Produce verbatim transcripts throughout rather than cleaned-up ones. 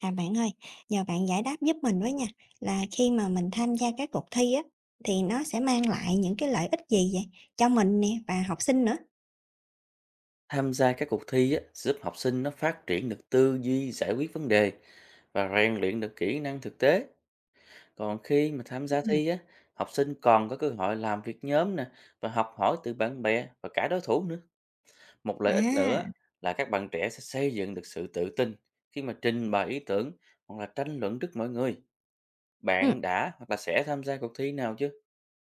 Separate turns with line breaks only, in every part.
À, bạn ơi, nhờ bạn giải đáp giúp mình với nha, là khi mà mình tham gia các cuộc thi á, thì nó sẽ mang lại những cái lợi ích gì vậy? Cho mình nè và học sinh nữa.
Tham gia các cuộc thi á, giúp học sinh nó phát triển được tư duy giải quyết vấn đề và rèn luyện được kỹ năng thực tế. Còn khi mà tham gia
Ừm.
thi á, học sinh còn có cơ hội làm việc nhóm nè và học hỏi từ bạn bè và cả đối thủ nữa. Một lợi ích
À.
nữa là các bạn trẻ sẽ xây dựng được sự tự tin khi mà trình bày ý tưởng hoặc là tranh luận trước mọi người.
ừm,
Bạn đã hoặc là sẽ tham gia cuộc thi nào chưa?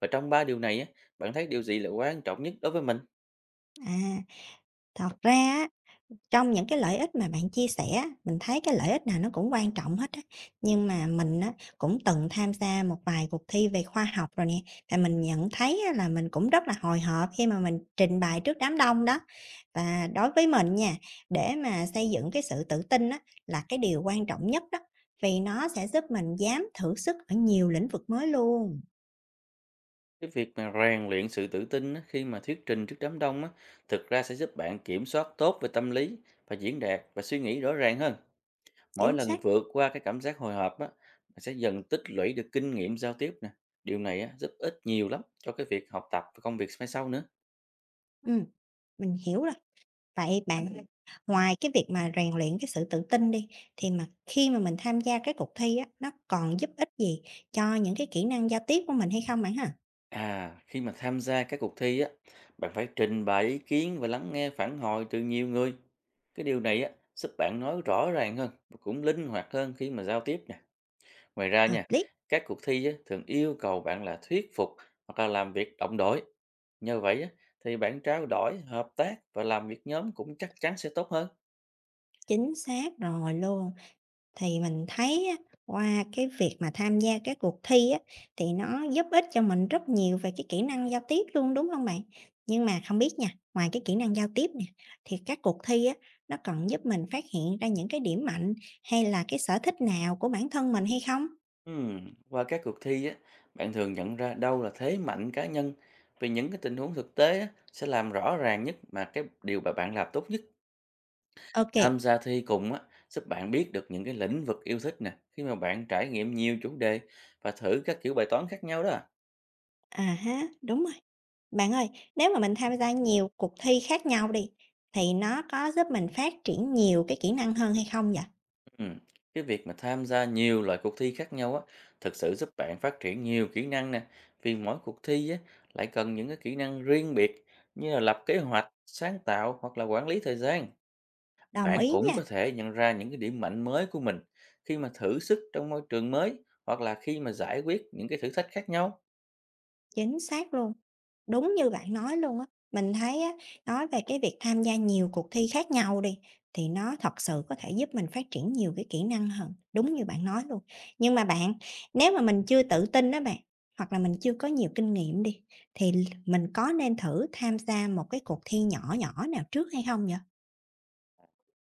Và trong ba điều này á, bạn thấy điều gì là quan trọng nhất đối với mình?
à, thật ra á, trong những cái lợi ích mà bạn chia sẻ, mình thấy cái lợi ích nào nó cũng quan trọng hết á. Nhưng mà mình á, cũng từng tham gia một vài cuộc thi về khoa học rồi nè, và mình nhận thấy á, là mình cũng rất là hồi hộp khi mà mình trình bày trước đám đông đó. Và đối với mình nha, để mà xây dựng cái sự tự tin á, là cái điều quan trọng nhất đó, vì nó sẽ giúp mình dám thử sức ở nhiều lĩnh vực mới luôn.
Cái việc mà rèn luyện sự tự tin á, khi mà thuyết trình trước đám đông á, thực ra sẽ giúp bạn kiểm soát tốt về tâm lý và diễn đạt và suy nghĩ rõ ràng hơn. Mỗi
Chính
lần
xác.
vượt qua cái cảm giác hồi hộp á, bạn sẽ dần tích lũy được kinh nghiệm giao tiếp nè. Điều này á, giúp ích nhiều lắm cho cái việc học tập và công việc mai sau nữa.
Ừm, mình hiểu rồi. Vậy bạn, ngoài cái việc mà rèn luyện cái sự tự tin đi, thì mà khi mà mình tham gia cái cuộc thi á, nó còn giúp ích gì cho những cái kỹ năng giao tiếp của mình hay không bạn ha?
À, khi mà tham gia các cuộc thi á, bạn phải trình bày ý kiến và lắng nghe phản hồi từ nhiều người. Cái điều này á, giúp bạn nói rõ ràng hơn và cũng linh hoạt hơn khi mà giao tiếp nè. Ngoài ra
Hợp
nha,
lý,
các cuộc thi á, thường yêu cầu bạn là thuyết phục hoặc là làm việc đồng đội. Nhờ vậy á, thì bạn trao đổi, hợp tác và làm việc nhóm cũng chắc chắn sẽ tốt hơn.
chính xác rồi luôn. Thì mình thấy á, qua cái việc mà tham gia cái cuộc thi á, thì nó giúp ích cho mình rất nhiều về cái kỹ năng giao tiếp luôn, đúng không bạn? Nhưng mà không biết nha, ngoài cái kỹ năng giao tiếp nè, thì các cuộc thi á, nó còn giúp mình phát hiện ra những cái điểm mạnh hay là cái sở thích nào của bản thân mình hay không?
Ừm, Qua các cuộc thi á, bạn thường nhận ra đâu là thế mạnh cá nhân, vì những cái tình huống thực tế á, sẽ làm rõ ràng nhất mà cái điều mà bạn làm tốt nhất.
OK,
Tham gia thi cùng á, giúp bạn biết được những cái lĩnh vực yêu thích nè khi mà bạn trải nghiệm nhiều chủ đề và thử các kiểu bài toán khác nhau đó.
à ha, đúng rồi. Bạn ơi, nếu mà mình tham gia nhiều cuộc thi khác nhau đi, thì nó có giúp mình phát triển nhiều cái kỹ năng hơn hay không vậy?
Ừ. Cái việc mà tham gia nhiều loại cuộc thi khác nhau á, thực sự giúp bạn phát triển nhiều kỹ năng nè. Vì mỗi cuộc thi á, lại cần những cái kỹ năng riêng biệt, như là lập kế hoạch, sáng tạo hoặc là quản lý thời gian.
Đồng
Bạn
ý
cũng
nha.
có thể nhận ra những cái điểm mạnh mới của mình khi mà thử sức trong môi trường mới hoặc là khi mà giải quyết những cái thử thách khác nhau.
Chính xác luôn, đúng như bạn nói luôn á. Mình thấy á, nói về cái việc tham gia nhiều cuộc thi khác nhau đi, thì nó thật sự có thể giúp mình phát triển nhiều cái kỹ năng hơn, đúng như bạn nói luôn. Nhưng mà bạn, nếu mà mình chưa tự tin đó bạn, hoặc là mình chưa có nhiều kinh nghiệm đi, thì mình có nên thử tham gia một cái cuộc thi nhỏ nhỏ nào trước hay không vậy?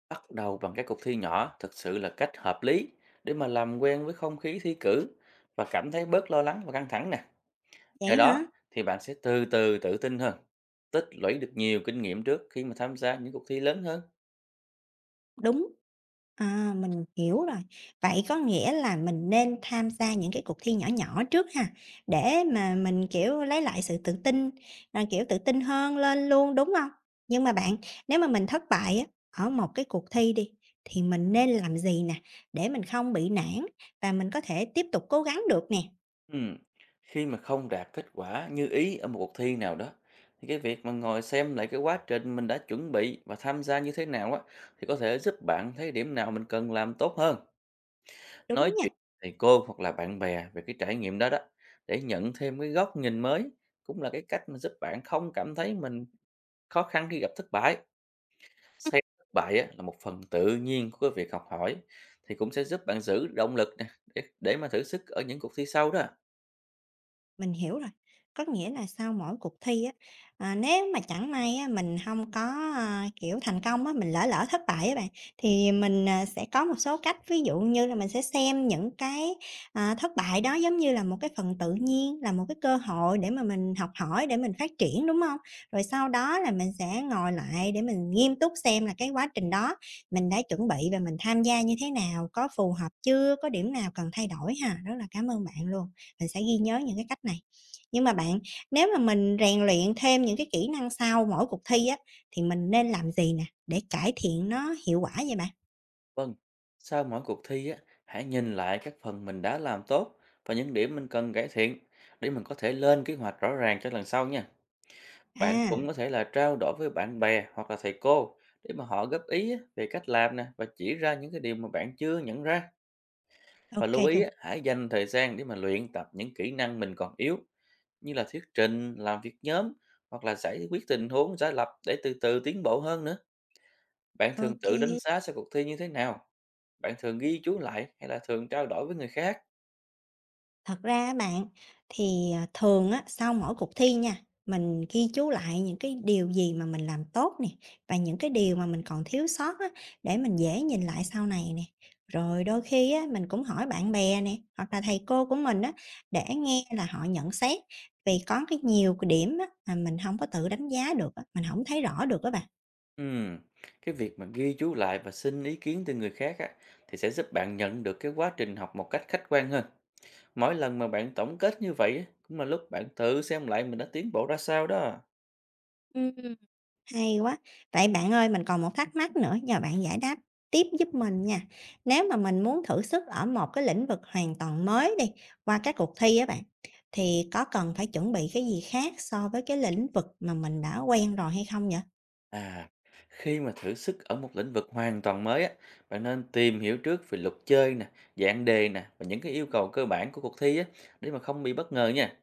Bắt đầu bằng các cuộc thi nhỏ thực sự là cách hợp lý để mà làm quen với không khí thi cử và cảm thấy bớt lo lắng và căng thẳng nè. Nhờ
Vậy
đó
hả?
thì bạn sẽ từ từ tự tin hơn, tích lũy được nhiều kinh nghiệm trước khi mà tham gia những cuộc thi lớn hơn.
Đúng. À, mình hiểu rồi. Vậy có nghĩa là mình nên tham gia những cái cuộc thi nhỏ nhỏ trước ha, để mà mình, kiểu, lấy lại sự tự tin, à, kiểu, tự tin hơn lên luôn, đúng không? Nhưng mà bạn, nếu mà mình thất bại á, ở một cái cuộc thi đi, thì mình nên làm gì nè, để mình không bị nản và mình có thể tiếp tục cố gắng được nè,
Ừm, Khi mà không đạt kết quả như ý ở một cuộc thi nào đó, thì cái việc mà ngồi xem lại cái quá trình mình đã chuẩn bị và tham gia như thế nào á, thì có thể giúp bạn thấy điểm nào mình cần làm tốt hơn. Nói
đúng nha?
chuyện với thầy cô hoặc là bạn bè về cái trải nghiệm đó đó, để nhận thêm cái góc nhìn mới, cũng là cái cách mà giúp bạn không cảm thấy mình khó khăn khi gặp thất bại. Xem thất bại á, là một phần tự nhiên của cái việc học hỏi thì cũng sẽ giúp bạn giữ động lực nè để, để mà thử sức ở những cuộc thi sau đó.
Mình hiểu rồi. Có nghĩa là sau mỗi cuộc thi á, à, nếu mà chẳng may á, mình không có, à, kiểu, thành công á, mình lỡ lỡ thất bại á bạn, thì mình, à, sẽ có một số cách, ví dụ như là mình sẽ xem những cái, à, thất bại đó giống như là một cái phần tự nhiên, là một cái cơ hội để mà mình học hỏi, để mình phát triển, đúng không? Rồi sau đó là mình sẽ ngồi lại để mình nghiêm túc xem là cái quá trình đó mình đã chuẩn bị và mình tham gia như thế nào, có phù hợp chưa, có điểm nào cần thay đổi ha. Rất là cảm ơn bạn luôn. Mình sẽ ghi nhớ những cái cách này. Nhưng mà bạn, nếu mà mình rèn luyện thêm những cái kỹ năng sau mỗi cuộc thi á, thì mình nên làm gì nè, để cải thiện nó hiệu quả vậy bạn?
Vâng, sau mỗi cuộc thi á, hãy nhìn lại các phần mình đã làm tốt và những điểm mình cần cải thiện, để mình có thể lên kế hoạch rõ ràng cho lần sau nha. Bạn cũng
À,
có thể là trao đổi với bạn bè hoặc là thầy cô để mà họ góp ý á, về cách làm nè và chỉ ra những cái điều mà bạn chưa nhận ra.
ok
Và
kê
lưu ý
luôn.
á, hãy dành thời gian để mà luyện tập những kỹ năng mình còn yếu, như là thuyết trình, làm việc nhóm hoặc là giải quyết tình huống giả lập để từ từ tiến bộ hơn nữa. Bạn
Ô.
thường tự đánh giá sau cuộc thi như thế nào? Bạn thường ghi chú lại hay là thường trao đổi với người khác?
Thật ra á bạn, thì, à, thường á, sau mỗi cuộc thi nha, mình ghi chú lại những cái điều gì mà mình làm tốt nè, và những cái điều mà mình còn thiếu sót á, để mình dễ nhìn lại sau này nè. Rồi đôi khi á, mình cũng hỏi bạn bè nè, hoặc là thầy cô của mình á, để nghe là họ nhận xét, vì có cái nhiều cái điểm á, mà mình không có tự đánh giá được á, mình không thấy rõ được á bạn.
Ừm, Cái việc mà ghi chú lại và xin ý kiến từ người khác á, thì sẽ giúp bạn nhận được cái quá trình học một cách khách quan hơn. Mỗi lần mà bạn tổng kết như vậy á, cũng là lúc bạn tự xem lại mình đã tiến bộ ra sao đó.
Ừm. Hay quá! Vậy bạn ơi, mình còn một thắc mắc nữa, nhờ bạn giải đáp tiếp giúp mình nha. Nếu mà mình muốn thử sức ở một cái lĩnh vực hoàn toàn mới đi, qua các cuộc thi á bạn, thì có cần phải chuẩn bị cái gì khác so với cái lĩnh vực mà mình đã quen rồi hay không vậy?
À, khi mà thử sức ở một lĩnh vực hoàn toàn mới á, bạn nên tìm hiểu trước về luật chơi nè, dạng đề nè và những cái yêu cầu cơ bản của cuộc thi á, để mà không bị bất ngờ nha.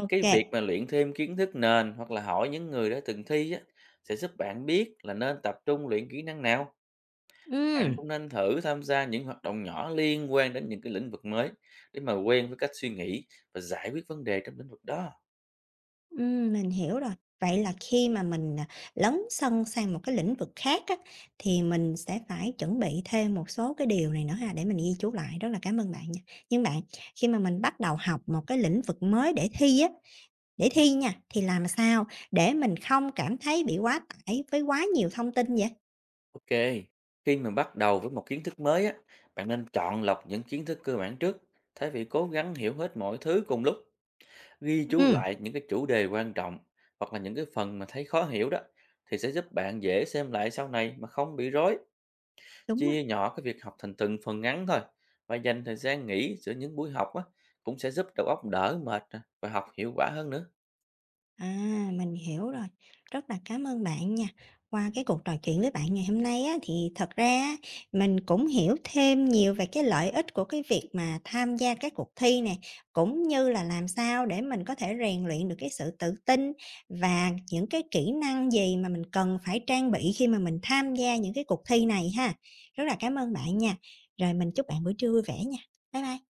Ok,
Cái
kê.
việc mà luyện thêm kiến thức nền hoặc là hỏi những người đã từng thi á, sẽ giúp bạn biết là nên tập trung luyện kỹ năng nào. Bạn cũng nên thử tham gia những hoạt động nhỏ liên quan đến những cái lĩnh vực mới để mà quen với cách suy nghĩ và giải quyết vấn đề trong lĩnh vực đó.
Ừm, mình hiểu rồi. Vậy là khi mà mình, à, lấn sân sang một cái lĩnh vực khác á, thì mình sẽ phải chuẩn bị thêm một số cái điều này nữa ha, để mình ghi chú lại, rất là cảm ơn bạn nha. Nhưng bạn, khi mà mình bắt đầu học một cái lĩnh vực mới để thi á để thi nha, thì làm sao để mình không cảm thấy bị quá tải với quá nhiều thông tin vậy?
Ok, khi mà bắt đầu với một kiến thức mới á, bạn nên chọn lọc những kiến thức cơ bản trước, thay vì cố gắng hiểu hết mọi thứ cùng lúc. Ghi chú
Ừm,
lại những cái chủ đề quan trọng hoặc là những cái phần mà thấy khó hiểu đó thì sẽ giúp bạn dễ xem lại sau này mà không bị rối.
đúng rồi.
Chia nhỏ cái việc học thành từng phần ngắn thôi và dành thời gian nghỉ giữa những buổi học á, cũng sẽ giúp đầu óc đỡ mệt nè và học hiệu quả hơn nữa.
À, mình hiểu rồi. Rất là cảm ơn bạn nha. Qua cái cuộc trò chuyện với bạn ngày hôm nay á, thì thật ra á, mình cũng hiểu thêm nhiều về cái lợi ích của cái việc mà tham gia các cuộc thi nè, cũng như là làm sao để mình có thể rèn luyện được cái sự tự tin và những cái kỹ năng gì mà mình cần phải trang bị khi mà mình tham gia những cái cuộc thi này ha. Rất là cảm ơn bạn nha. Rồi mình chúc bạn buổi trưa vui vẻ nha. Bye bye.